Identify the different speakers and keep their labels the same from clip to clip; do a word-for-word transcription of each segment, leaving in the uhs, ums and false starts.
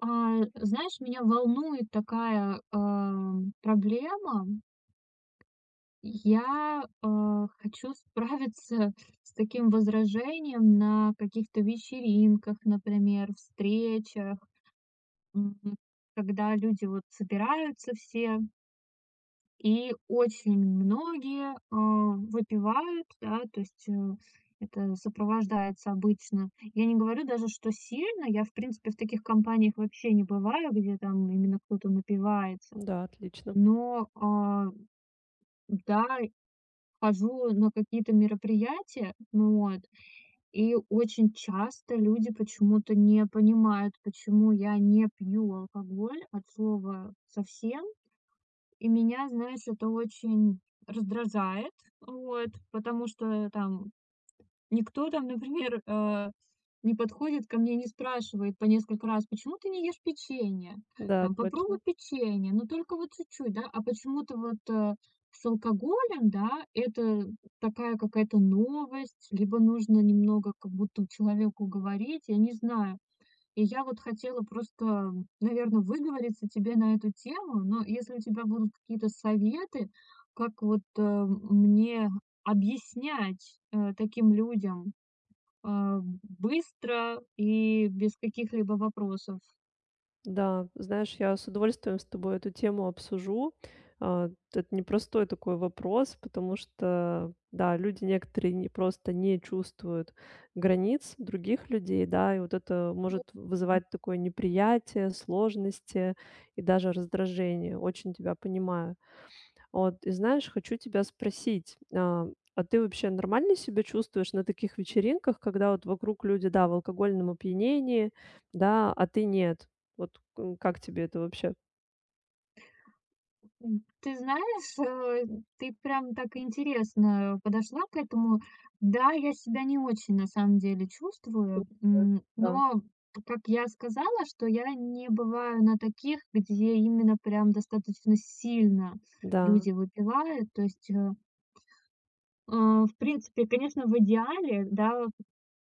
Speaker 1: А, знаешь, меня волнует такая, ам, проблема. Я, а, хочу справиться с таким возражением на каких-то вечеринках, например, встречах, м, когда люди вот собираются все, и очень многие, а, выпивают, да, то есть, э, это сопровождается обычно. Я не говорю даже, что сильно, я, в принципе, в таких компаниях вообще не бываю, где там именно кто-то напивается.
Speaker 2: Да, отлично.
Speaker 1: Но, а, да, хожу на какие-то мероприятия, ну вот, и очень часто люди почему-то не понимают, почему я не пью алкоголь от слова совсем. И меня, знаешь, это очень раздражает, вот, потому что там никто там, например, э, не подходит ко мне, не спрашивает по несколько раз, почему ты не ешь печенье?
Speaker 2: Да,
Speaker 1: Там, попробуй
Speaker 2: точно.
Speaker 1: печенье, но только вот чуть-чуть, да, а почему-то вот э, с алкоголем, да, это такая какая-то новость, либо нужно немного как будто человеку говорить, я не знаю. И я вот хотела просто, наверное, выговориться тебе на эту тему, но если у тебя будут какие-то советы, как вот, э, мне объяснять, э, таким людям, а, быстро и без каких-либо вопросов,
Speaker 2: Да, знаешь, я с удовольствием с тобой эту тему обсужу. А, это непростой такой вопрос, потому что, да, люди некоторые не, просто не чувствуют границ других людей, да, и вот это
Speaker 1: то.
Speaker 2: может вызывать такое неприятие, сложности и даже раздражение. Очень тебя понимаю. Вот, и знаешь, хочу тебя спросить, а, а ты вообще нормально себя чувствуешь на таких вечеринках, когда вот вокруг люди, да, в алкогольном опьянении, да, а ты нет? Вот, м, как тебе это вообще?
Speaker 1: М, ты знаешь, э, ты прям так интересно подошла к этому. Да, я себя не очень на самом деле чувствую, м,
Speaker 2: Да,
Speaker 1: но, как я сказала, что я не бываю на таких, где именно прям достаточно сильно
Speaker 2: да,
Speaker 1: люди выпивают. То есть, э, э, в принципе, конечно, в идеале, да,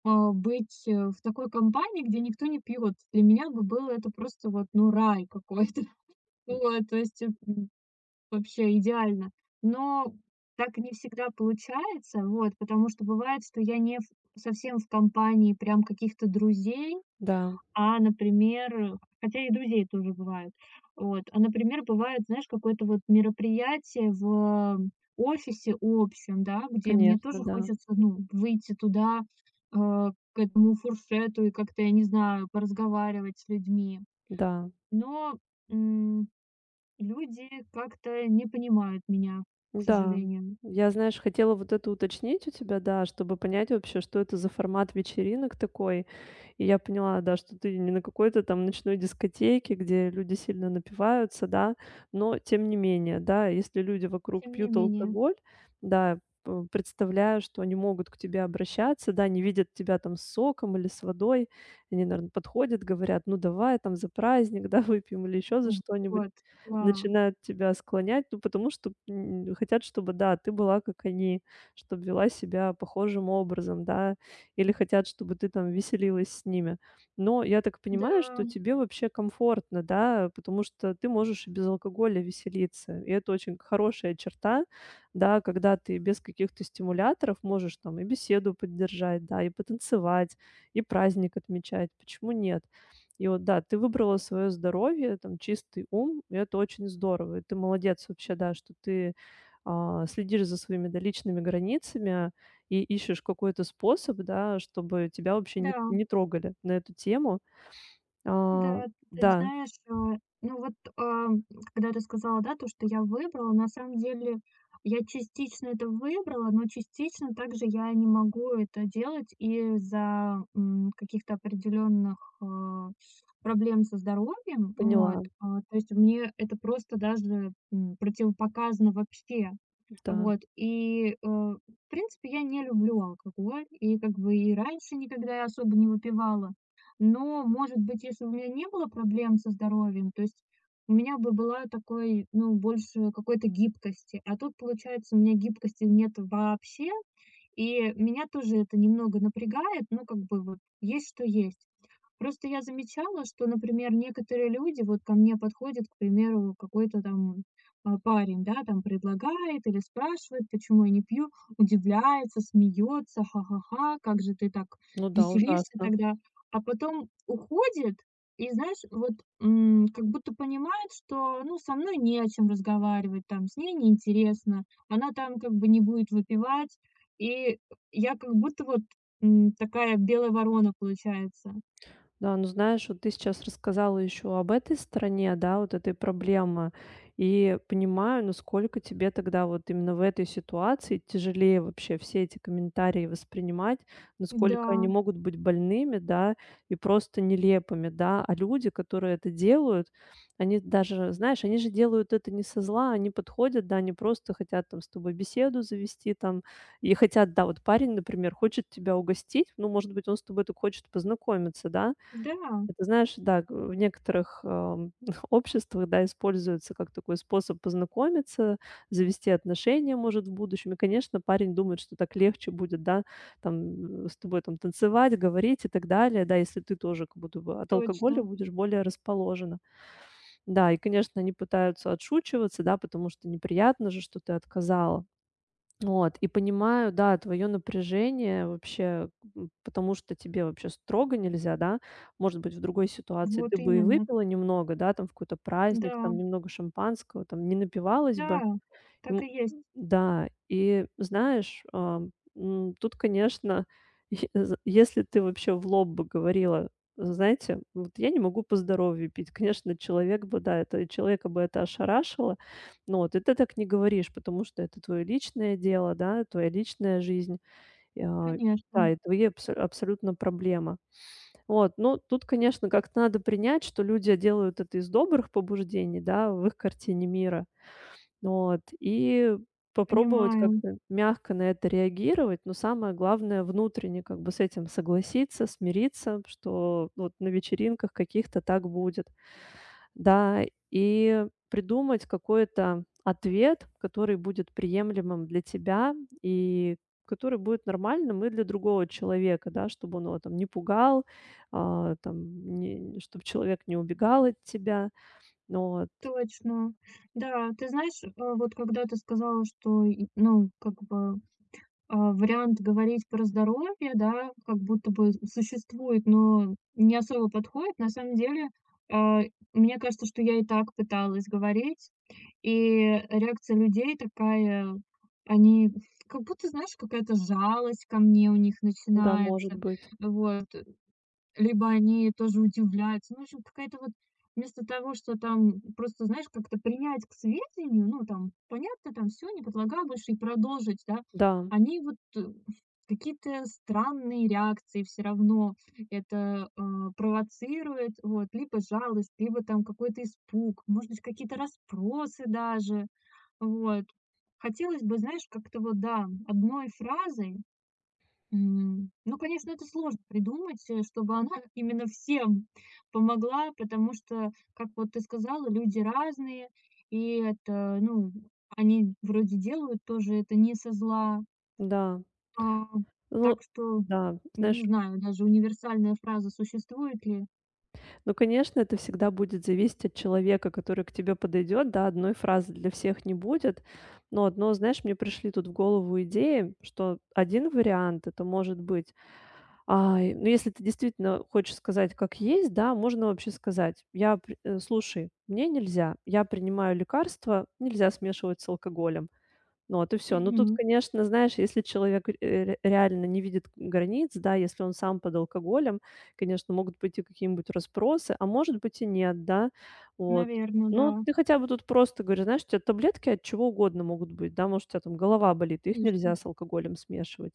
Speaker 1: а, быть, э, в такой компании, где никто не пьет, для меня бы было это просто вот, ну, рай какой-то. Вот, то есть, э, вообще идеально. Но так не всегда получается, вот, потому что бывает, что я не в совсем в компании прям каких-то друзей,
Speaker 2: да,
Speaker 1: а, например, хотя и друзей тоже бывают. Вот, а, например, бывает, знаешь, какое-то вот мероприятие в офисе общем, да, где мне
Speaker 2: конечно,
Speaker 1: тоже
Speaker 2: да,
Speaker 1: хочется, ну, выйти туда, э, к этому фуршету и как-то, я не знаю, поразговаривать с людьми.
Speaker 2: да.
Speaker 1: Но, люди как-то не понимают меня, к
Speaker 2: Да,
Speaker 1: сожалению.
Speaker 2: я, знаешь, хотела вот это уточнить у тебя, да, чтобы понять вообще, что это за формат вечеринок такой. И я поняла, да, что ты не на какой-то там ночной дискотеке, где люди сильно напиваются, да, но тем не менее, да, если люди вокруг
Speaker 1: Тем не
Speaker 2: пьют
Speaker 1: менее.
Speaker 2: алкоголь, да, п- представляю, что они могут к тебе обращаться, да, не видят тебя там с соком или с водой, они, наверное, подходят, говорят, ну давай там за праздник, да, выпьем или еще за что-нибудь
Speaker 1: Вот, да.
Speaker 2: начинают тебя склонять, ну, потому что, м, хотят, чтобы, да, ты была как они, чтобы вела себя похожим образом, да, или хотят, чтобы ты там веселилась с ними. Но я так
Speaker 1: Да,
Speaker 2: понимаю, что тебе вообще комфортно, да, потому что ты можешь и без алкоголя веселиться. И это очень хорошая черта, да, когда ты без каких-то стимуляторов можешь там и беседу поддержать, да, и потанцевать, и праздник отмечать. Почему нет? И вот да, ты выбрала свое здоровье, там чистый ум, и это очень здорово. И ты молодец вообще, да, что ты, а, следишь за своими, да, личными границами и ищешь какой-то способ, да, чтобы тебя вообще не
Speaker 1: да.
Speaker 2: не трогали на эту тему. А,
Speaker 1: Да, ты
Speaker 2: да,
Speaker 1: знаешь, а, ну вот, ам, когда ты сказала, да, то, что я выбрала, на самом деле я частично это выбрала, но частично также я не могу это делать из-за, м, каких-то определенных, а, проблем со здоровьем. Вот,
Speaker 2: поняла.
Speaker 1: а, то есть мне это просто даже, м, противопоказано вообще.
Speaker 2: Да.
Speaker 1: Вот, и, э, в принципе, я не люблю алкоголь, и как бы и раньше никогда я особо не выпивала. Но, может быть, если бы у меня не было проблем со здоровьем, то есть у меня бы была такой, ну, больше какой-то гибкости. А тут, получается, у меня гибкости нет вообще, и меня тоже это немного напрягает, ну, как бы вот есть что есть. Просто я замечала, что, например, некоторые люди вот ко мне подходят, к примеру, какой-то там, а, парень, да, там предлагает или спрашивает, почему я не пью, удивляется, смеется: «Ха-ха-ха, как же ты так
Speaker 2: Ну да,
Speaker 1: веселишься
Speaker 2: ужасно.
Speaker 1: тогда?» А потом уходит и, знаешь, вот, м, как будто понимает, что, ну, со мной не о чем разговаривать, там, с ней неинтересно, она там как бы не будет выпивать. И я как будто вот, м, такая белая ворона получается.
Speaker 2: Да, ну знаешь, вот ты сейчас рассказала еще об этой стороне, да, вот этой проблемы, и понимаю, насколько тебе тогда вот именно в этой ситуации тяжелее вообще все эти комментарии воспринимать,
Speaker 1: Да,
Speaker 2: насколько они могут быть больными, да, и просто нелепыми, да, а люди, которые это делают, они даже, знаешь, они же делают это не со зла, они подходят, да, они просто хотят там с тобой беседу завести, там, и хотят, да, вот парень, например, хочет тебя угостить, ну, может быть, он с тобой так хочет познакомиться, да,
Speaker 1: да,
Speaker 2: и ты знаешь, да, г в некоторых, ам, обществах, да, используется как такой способ познакомиться, завести отношения, может, в будущем. И, конечно, парень думает, что так легче будет, да, там, э, с тобой там танцевать, говорить и так далее, да, если ты тоже как будто бы от алкоголя
Speaker 1: точно.
Speaker 2: будешь более расположена. Да, и, конечно, они пытаются отшучиваться, да, потому что неприятно же, что ты отказала. Вот, и понимаю, да, твое напряжение вообще, м, потому что тебе вообще строго нельзя, да. Может быть, в другой ситуации ты
Speaker 1: Вот
Speaker 2: бы и
Speaker 1: именно.
Speaker 2: выпила немного, да, там в какой-то праздник,
Speaker 1: Да,
Speaker 2: там немного шампанского, там не напивалась бы.
Speaker 1: да, так
Speaker 2: М,
Speaker 1: и есть,
Speaker 2: да, и знаешь, а, м, тут, конечно, е з если ты вообще в лоб бы говорила: "Знаете, вот я не могу по здоровью пить". Конечно, человек бы, да, это человека бы это ошарашило. Но вот и ты так не говоришь, потому что это твое личное дело, да, твоя личная жизнь, и, а, да,
Speaker 1: конечно.
Speaker 2: и твои абсо абсолютно проблема. Вот, ну, тут, конечно, как-то надо принять, что люди делают это из добрых побуждений, да, в их картине мира. Вот, и попробовать
Speaker 1: Понимаю,
Speaker 2: как-то мягко на это реагировать, но самое главное внутренне как бы с этим согласиться, смириться, что вот на вечеринках каких-то так будет. Да, и придумать какой-то ответ, который будет приемлемым для тебя и который будет нормальным и для другого человека, да, чтобы он его там не пугал, а, там, не, чтобы человек не убегал от тебя. Ну вот,
Speaker 1: точно. Да, ты знаешь, э, вот когда ты сказала, что, и ну, как бы а, вариант говорить про здоровье, да, как будто бы существует, но не особо подходит. На самом деле, а, мне кажется, что я и так пыталась говорить, и реакция людей такая, они как будто, знаешь, какая-то жалость ко мне у них
Speaker 2: да, может
Speaker 1: начинается.
Speaker 2: быть.
Speaker 1: Вот. Либо они тоже удивляются. Ну, в общем, какая-то вот вместо того, что там просто, знаешь, как-то принять к сведению, ну, там, понятно, там все не предлагаю больше и продолжить, да,
Speaker 2: Да,
Speaker 1: они вот, э, какие-то странные реакции все равно это, э, провоцирует, вот, либо жалость, либо там какой-то испуг, может быть, какие-то расспросы даже, вот. Хотелось бы, знаешь, как-то вот, да, одной фразой. М, ну, конечно, это сложно придумать, э, чтобы она именно всем помогла, потому что, как вот ты сказала, люди разные, и это, ну, они вроде делают тоже это не со зла.
Speaker 2: да.
Speaker 1: А,
Speaker 2: Ну
Speaker 1: так что,
Speaker 2: да,
Speaker 1: н не
Speaker 2: знаешь,
Speaker 1: знаю, даже универсальная фраза существует ли.
Speaker 2: ну, конечно, это всегда будет зависеть от человека, который к тебе подойдет. Да, одной фразы для всех не будет. Вот, но одно, знаешь, мне пришли тут в голову идеи, что один вариант это может быть, а, и, ну, если ты действительно хочешь сказать как есть, да, можно вообще сказать: "Я при э, слушай, мне нельзя, я принимаю лекарства, нельзя смешивать с алкоголем". Ну, вот и все. Ну, тут,
Speaker 1: Наверное,
Speaker 2: конечно, знаешь, если человек, э, реально не видит границ, да, если он сам под алкоголем, конечно, могут пойти какие-нибудь расспросы, а может быть и нет, да. Вот. Ну
Speaker 1: да,
Speaker 2: ты хотя бы тут просто говоришь, знаешь, у тя таблетки от чего угодно могут быть, да, может, у тя там голова болит, их
Speaker 1: конечно.
Speaker 2: нельзя с алкоголем смешивать,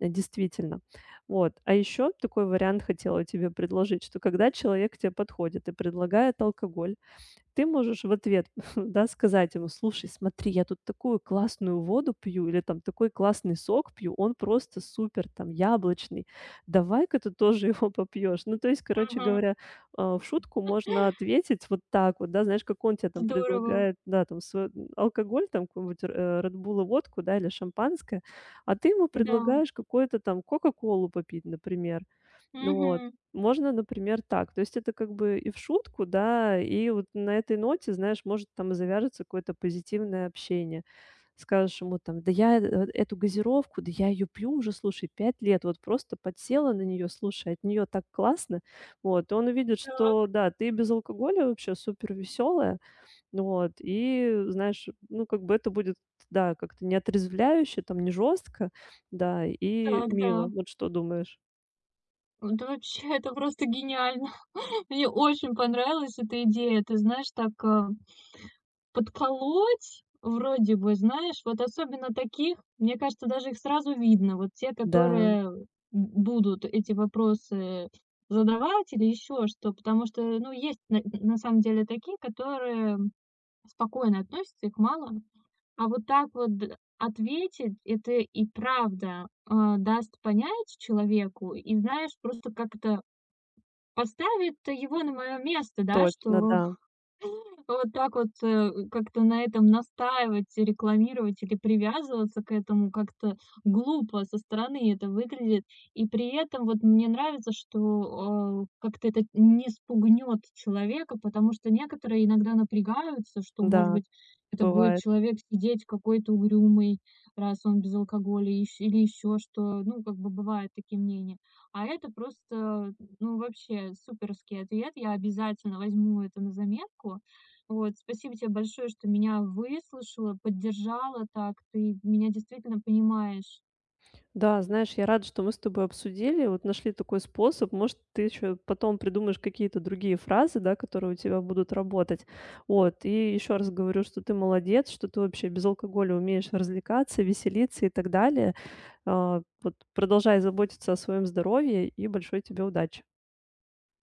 Speaker 2: э, действительно. Вот. А еще такой вариант хотела тебе предложить, что когда человек к те подходит и предлагает алкоголь, ты можешь в ответ, да, сказать ему: "Слушай, смотри, я тут такую классную воду пью или там такой классный сок пью, он просто супер, там, яблочный. Давай-ка ты тоже его попьешь". Ну, то есть, короче
Speaker 1: Ага,
Speaker 2: говоря, а, в шутку можно ответить вот так вот, да, знаешь, как он тебе там
Speaker 1: здорово.
Speaker 2: предлагает, да, там свой алкоголь, там какую-нибудь, э, "Ред Булл" и водку, да, или шампанское, а ты ему
Speaker 1: Да.
Speaker 2: предлагаешь какой-то там "Кока-колу" попить, например. Ну вот.
Speaker 1: Мгм.
Speaker 2: Можно, например, так. То есть это как бы и в шутку, да, и вот на этой ноте, знаешь, может там и завяжется какое-то позитивное общение. Скажешь ему там: "Да я, э, вот эту газировку, да я ее пью уже, слушай, пять лет, вот просто подсела на нее, слушай, от нее так классно". Вот, и он увидит,
Speaker 1: Так,
Speaker 2: что да, ты без алкоголя вообще супер веселая. Вот, и знаешь, ну, как бы это будет, да, как-то не отрезвляюще, там не жестко, да, и
Speaker 1: так,
Speaker 2: мило.
Speaker 1: да.
Speaker 2: Вот что думаешь?
Speaker 1: Это вообще, это просто гениально. Мне очень понравилась эта идея. Ты знаешь, так, а, подколоть вроде бы, знаешь, вот особенно таких, мне кажется, даже их сразу видно. Вот те,
Speaker 2: Да.
Speaker 1: которые будут эти вопросы задавать или еще что. Потому что, ну, есть на на самом деле такие, которые спокойно относятся, их мало. А вот так вот д ответить- это и правда, а, даст понять человеку и, знаешь, просто как-то поставит его на мое место, да,
Speaker 2: Точно,
Speaker 1: что
Speaker 2: да.
Speaker 1: вот так вот, э, как-то на этом настаивать, рекламировать или привязываться к этому как-то глупо со стороны это выглядит. И при этом вот мне нравится, что, э, как-то это не спугнет человека, потому что некоторые иногда напрягаются, что, может
Speaker 2: Да,
Speaker 1: быть, это будет
Speaker 2: бывает.
Speaker 1: человек сидеть какой-то угрюмый, раз он без алкоголя, ищ или еще что. Ну, как бы бывают такие мнения. А это просто, ну, вообще суперский ответ. Я обязательно возьму это на заметку. Вот, спасибо тебе большое, что меня выслушала, поддержала так. Ты меня действительно понимаешь.
Speaker 2: Да, знаешь, я рада, что мы с тобой обсудили, вот нашли такой способ. Может, ты еще потом придумаешь какие-то другие фразы, да, которые у тебя будут работать. Вот, и еще раз говорю, что ты молодец, что ты вообще без алкоголя умеешь развлекаться, веселиться и так далее. А, вот продолжай заботиться о своем здоровье и большой тебе удачи.